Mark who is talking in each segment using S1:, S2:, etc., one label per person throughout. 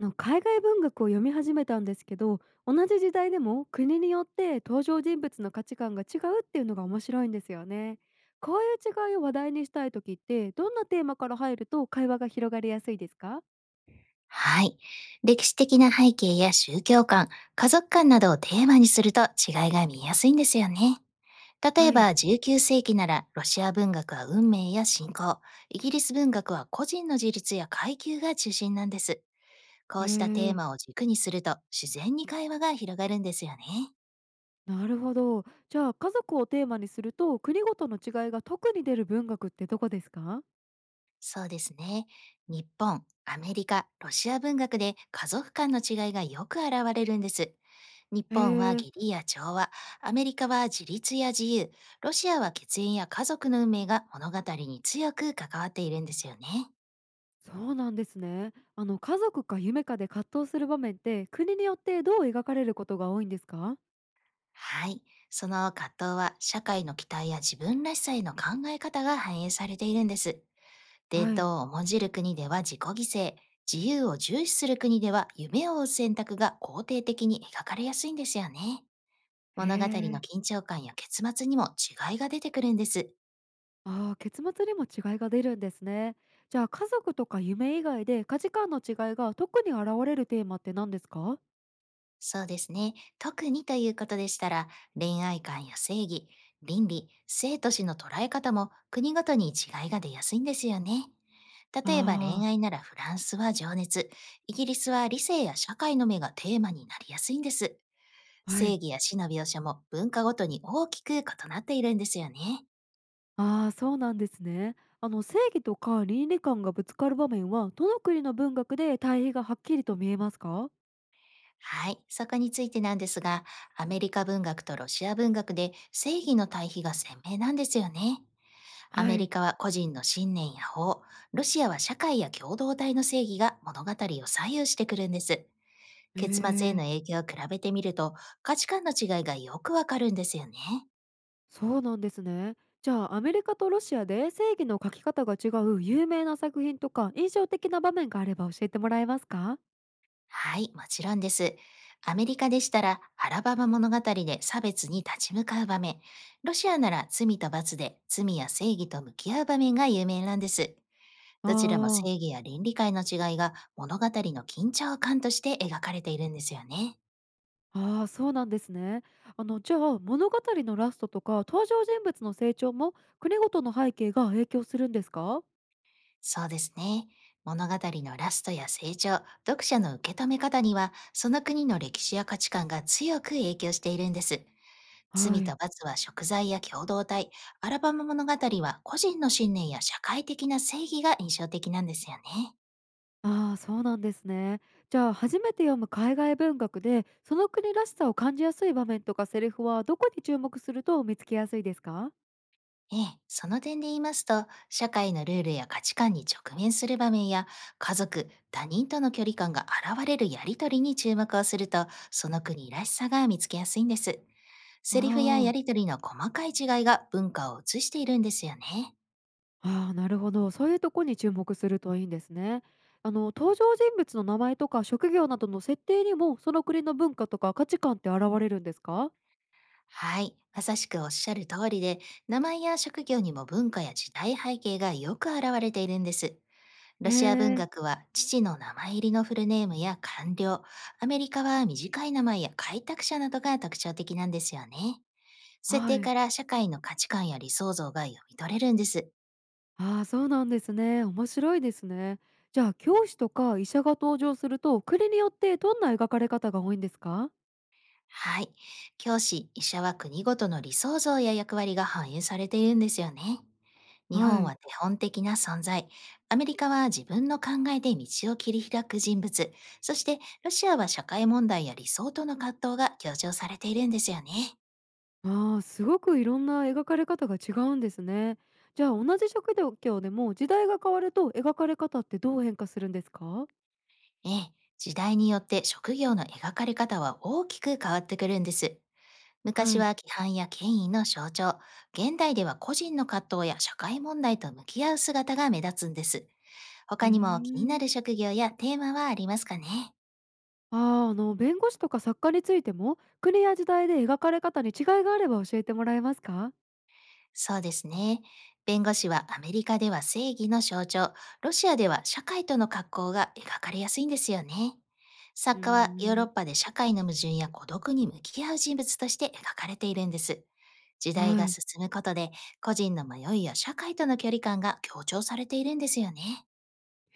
S1: の海外文学を読み始めたんですけど、同じ時代でも国によって登場人物の価値観が違うっていうのが面白いんですよね。こういう違いを話題にしたい時ってどんなテーマから入ると会話が広がりやすいですか？
S2: はい。歴史的な背景や宗教観、家族観などをテーマにすると違いが見えやすいんですよね。例
S1: は
S2: え
S1: い、
S2: ば19世紀ならロシア文学は運命や信仰、イギリス文学は個人の自立や階級が中心なんです。こ
S1: え
S2: うしたテー
S1: ー、
S2: マを軸にすると自然に会話が広がるんですよね。
S1: なるほど。じゃあ家族をテーマにすると国ごとの違いが特に出る文学ってどこですか？
S2: そうですね。日本、アメリカ、ロシア文学で家族間の違いがよく現れるんです。日
S1: え
S2: 本は
S1: ー、
S2: 義理や調和、アメリカは自立や自由、ロシアは血縁や家族の運命が物語に強く関わっているんですよね。
S1: そうなんですね。あの、家族か夢かで葛藤する場面って国によってどう描かれることが多いんですか？
S2: はい。その葛藤は社会の期待や自分らしさへの考え方が反映されているんです。
S1: は
S2: 伝
S1: い。
S2: 統を重んじる国では自己犠牲、自由を重視する国では夢を追う選択が肯定的に描かれやすいんですよね。
S1: へ
S2: 物語の
S1: え。
S2: 緊張感や結末にも違いが出てくるんです。
S1: ああ、結末にも違いが出るんですね。じゃあ家族とか夢以外で価値観の違いが特に現れるテーマって何ですか？
S2: そうですね。特にということでしたら、恋愛観や正義、倫理、生と死の捉え方も国ごとに違いが出やすいんですよね。例えば
S1: ああー、
S2: 恋愛ならフランスは情熱、イギリスは理性や社会の目がテーマになりやすいんです。
S1: は
S2: 正
S1: い。
S2: 義や死の描写も文化ごとに大きく異なっているんですよね。
S1: ああ、そうなんですね。あの、正義とか倫理観がぶつかる場面はどの国の文学で対比がはっきりと見えますか？
S2: はい、そこについてなんですが、アメリカ文学とロシア文学で正義の対比が鮮明なんですよね。ア
S1: は
S2: メリ
S1: い。
S2: カは個人の信念や法、ロシアは社会や共同体の正義が物語を左右してくるんです。
S1: へ
S2: 結末へ
S1: え、
S2: の影響を比べてみると、価値観の違いがよくわかるんですよね。
S1: そうなんですね。じゃあアメリカとロシアで正義の書き方が違う有名な作品とか印象的な場面があれば教えてもらえますか？
S2: はい、もちろんです。アメリカでしたらアラバマ物語で差別に立ち向かう場面、ロシアなら罪と罰で罪や正義と向き合う場面が有名なんです。
S1: あ
S2: どちらも
S1: あ
S2: 正
S1: ー。
S2: 義や倫理観の違いが物語の緊張感として描かれているんですよね。
S1: ああ、そうなんですね。あの、じゃあ、物語のラストとか、登場人物の成長も、国ごとの背景が影響するんですか？
S2: そうですね。物語のラストや成長、読者の受け止め方には、その国の歴史や価値観が強く影響しているんです。
S1: は
S2: 罪と
S1: い。
S2: 罰は食材や共同体、アラバマ物語は個人の信念や社会的な正義が印象的なんですよね。
S1: ああ、そうなんですね。じゃあ、初めて読む海外文学で、その国らしさを感じやすい場面とかセリフは、どこに注目すると見つけやすいですか？
S2: ええ、その点で言いますと、社会のルールや価値観に直面する場面や、家族、他人との距離感が現れるやりとりに注目をすると、その国らしさが見つけやすいんです。
S1: あ
S2: セリフやや
S1: ー、
S2: りとりの細かい違いが文化を映しているんですよね。
S1: あー、あ、なるほど。そういうとこに注目するといいんですね。あの、登場人物の名前とか職業などの設定にも、その国の文化とか価値観って現れるんですか？
S2: はい、まさしくおっしゃる通りで、名前や職業にも文化や時代背景がよく現れているんです。ロ
S1: え
S2: シア文
S1: え、
S2: 学は父の名前入りのフルネームや官僚、アメリカは短い名前や開拓者などが特徴的なんですよね。設
S1: は
S2: 定
S1: い。
S2: から社会の価値観や理想像が読み取れるんです。
S1: ああ、そうなんですね。面白いですね。じゃあ、教師とか医者が登場すると、国によってどんな描かれ方が多いんですか？
S2: はい。教師、医者は国ごとの理想像や役割が反映されているんですよね。日
S1: は
S2: 本
S1: い。
S2: は手本的な存在、アメリカは自分の考えで道を切り開く人物、そしてロシアは社会問題や理想との葛藤が強調されているんですよね。
S1: ああ、すごくいろんな描かれ方が違うんですね。じゃあ、同じ職業でも時代が変わると描かれ方ってどう変化するんですか？
S2: ええ、時代によって職業の描かれ方は大きく変わってくるんです。
S1: は
S2: 昔
S1: い。
S2: は規範や権威の象徴、現代では個人の葛藤や社会問題と向き合う姿が目立つんです。
S1: うー
S2: 他にも気にな
S1: ん、
S2: る職業やテーマはありますかね？
S1: ああ、あの、弁護士とか作家についても、国や時代で描かれ方に違いがあれば教えてもらえますか？
S2: そうですね。弁護士はアメリカでは正義の象徴、ロシアでは社会との格好が描かれやすいんですよね。
S1: う
S2: 作
S1: ー
S2: 家はヨーロッ
S1: ん、
S2: パで社会の矛盾や孤独に向き合う人物として描かれているんです。時代
S1: は
S2: が
S1: い。
S2: 進むことで個人の迷いや社会との距離感が強調されているんですよね。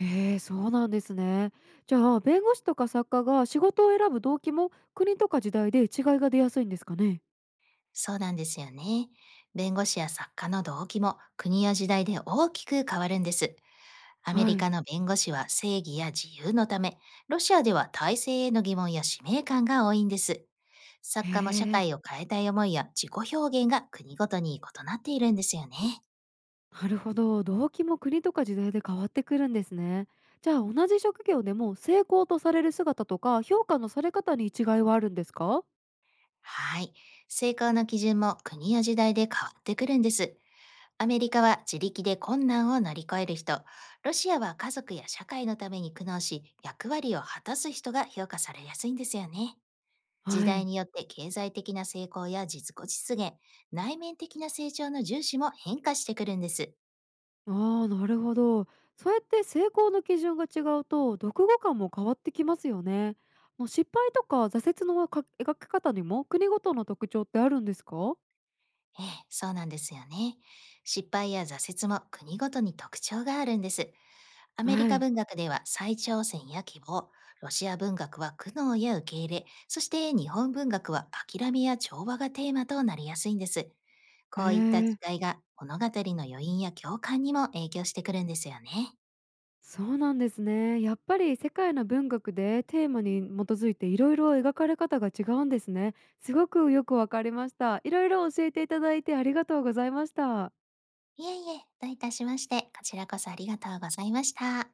S1: ええ、そうなんですね。じゃあ、弁護士とか作家が仕事を選ぶ動機も国とか時代で違いが出やすいんですかね。
S2: そうなんですよね。弁護士や作家の動機も国や時代で大きく変わるんです。アメ
S1: は
S2: リ
S1: い。
S2: カの弁護士は正義や自由のため、ロシアでは体制への疑問や使命感が多いんです。
S1: へ
S2: 作家も社
S1: え、
S2: 会を変えたい思いや自己表現が国ごとに異なっているんですよね。
S1: なるほど。動機も国とか時代で変わってくるんですね。じゃあ、同じ職業でも成功とされる姿とか評価のされ方に違いはあるんですか？
S2: はい。成功の基準も国や時代で変わってくるんです。アメリカは自力で困難を乗り越える人、ロシアは家族や社会のために苦悩し、役割を果たす人が評価されやすいんですよね。時
S1: は
S2: 代
S1: い。
S2: によって経済的な成功や実己実現、内面的な成長の重視も変化してくるんです。
S1: ああ、なるほど。そうやって成功の基準が違うと、読後感も変わってきますよね。もう失敗とか挫折のか描き方にも国ごとの特徴ってあるんですか？
S2: ええ、そうなんですよね。失敗や挫折も国ごとに特徴があるんです。アメリ
S1: は
S2: カ
S1: い。
S2: 文学では再挑戦や希望、ロシア文学は苦悩や受け入れ、そして日本文学は諦めや調和がテーマとなりやすいんです。
S1: え
S2: こういった
S1: ー、
S2: 違いが物語の余韻や共感にも影響してくるんですよね。
S1: そうなんですね。やっぱり世界の文学でテーマに基づいていろいろ描かれ方が違うんですね。すごくよくわかりました。いろいろ教えていただいてありがとうございました。
S2: いえいえ、どういたしまして、こちらこそありがとうございました。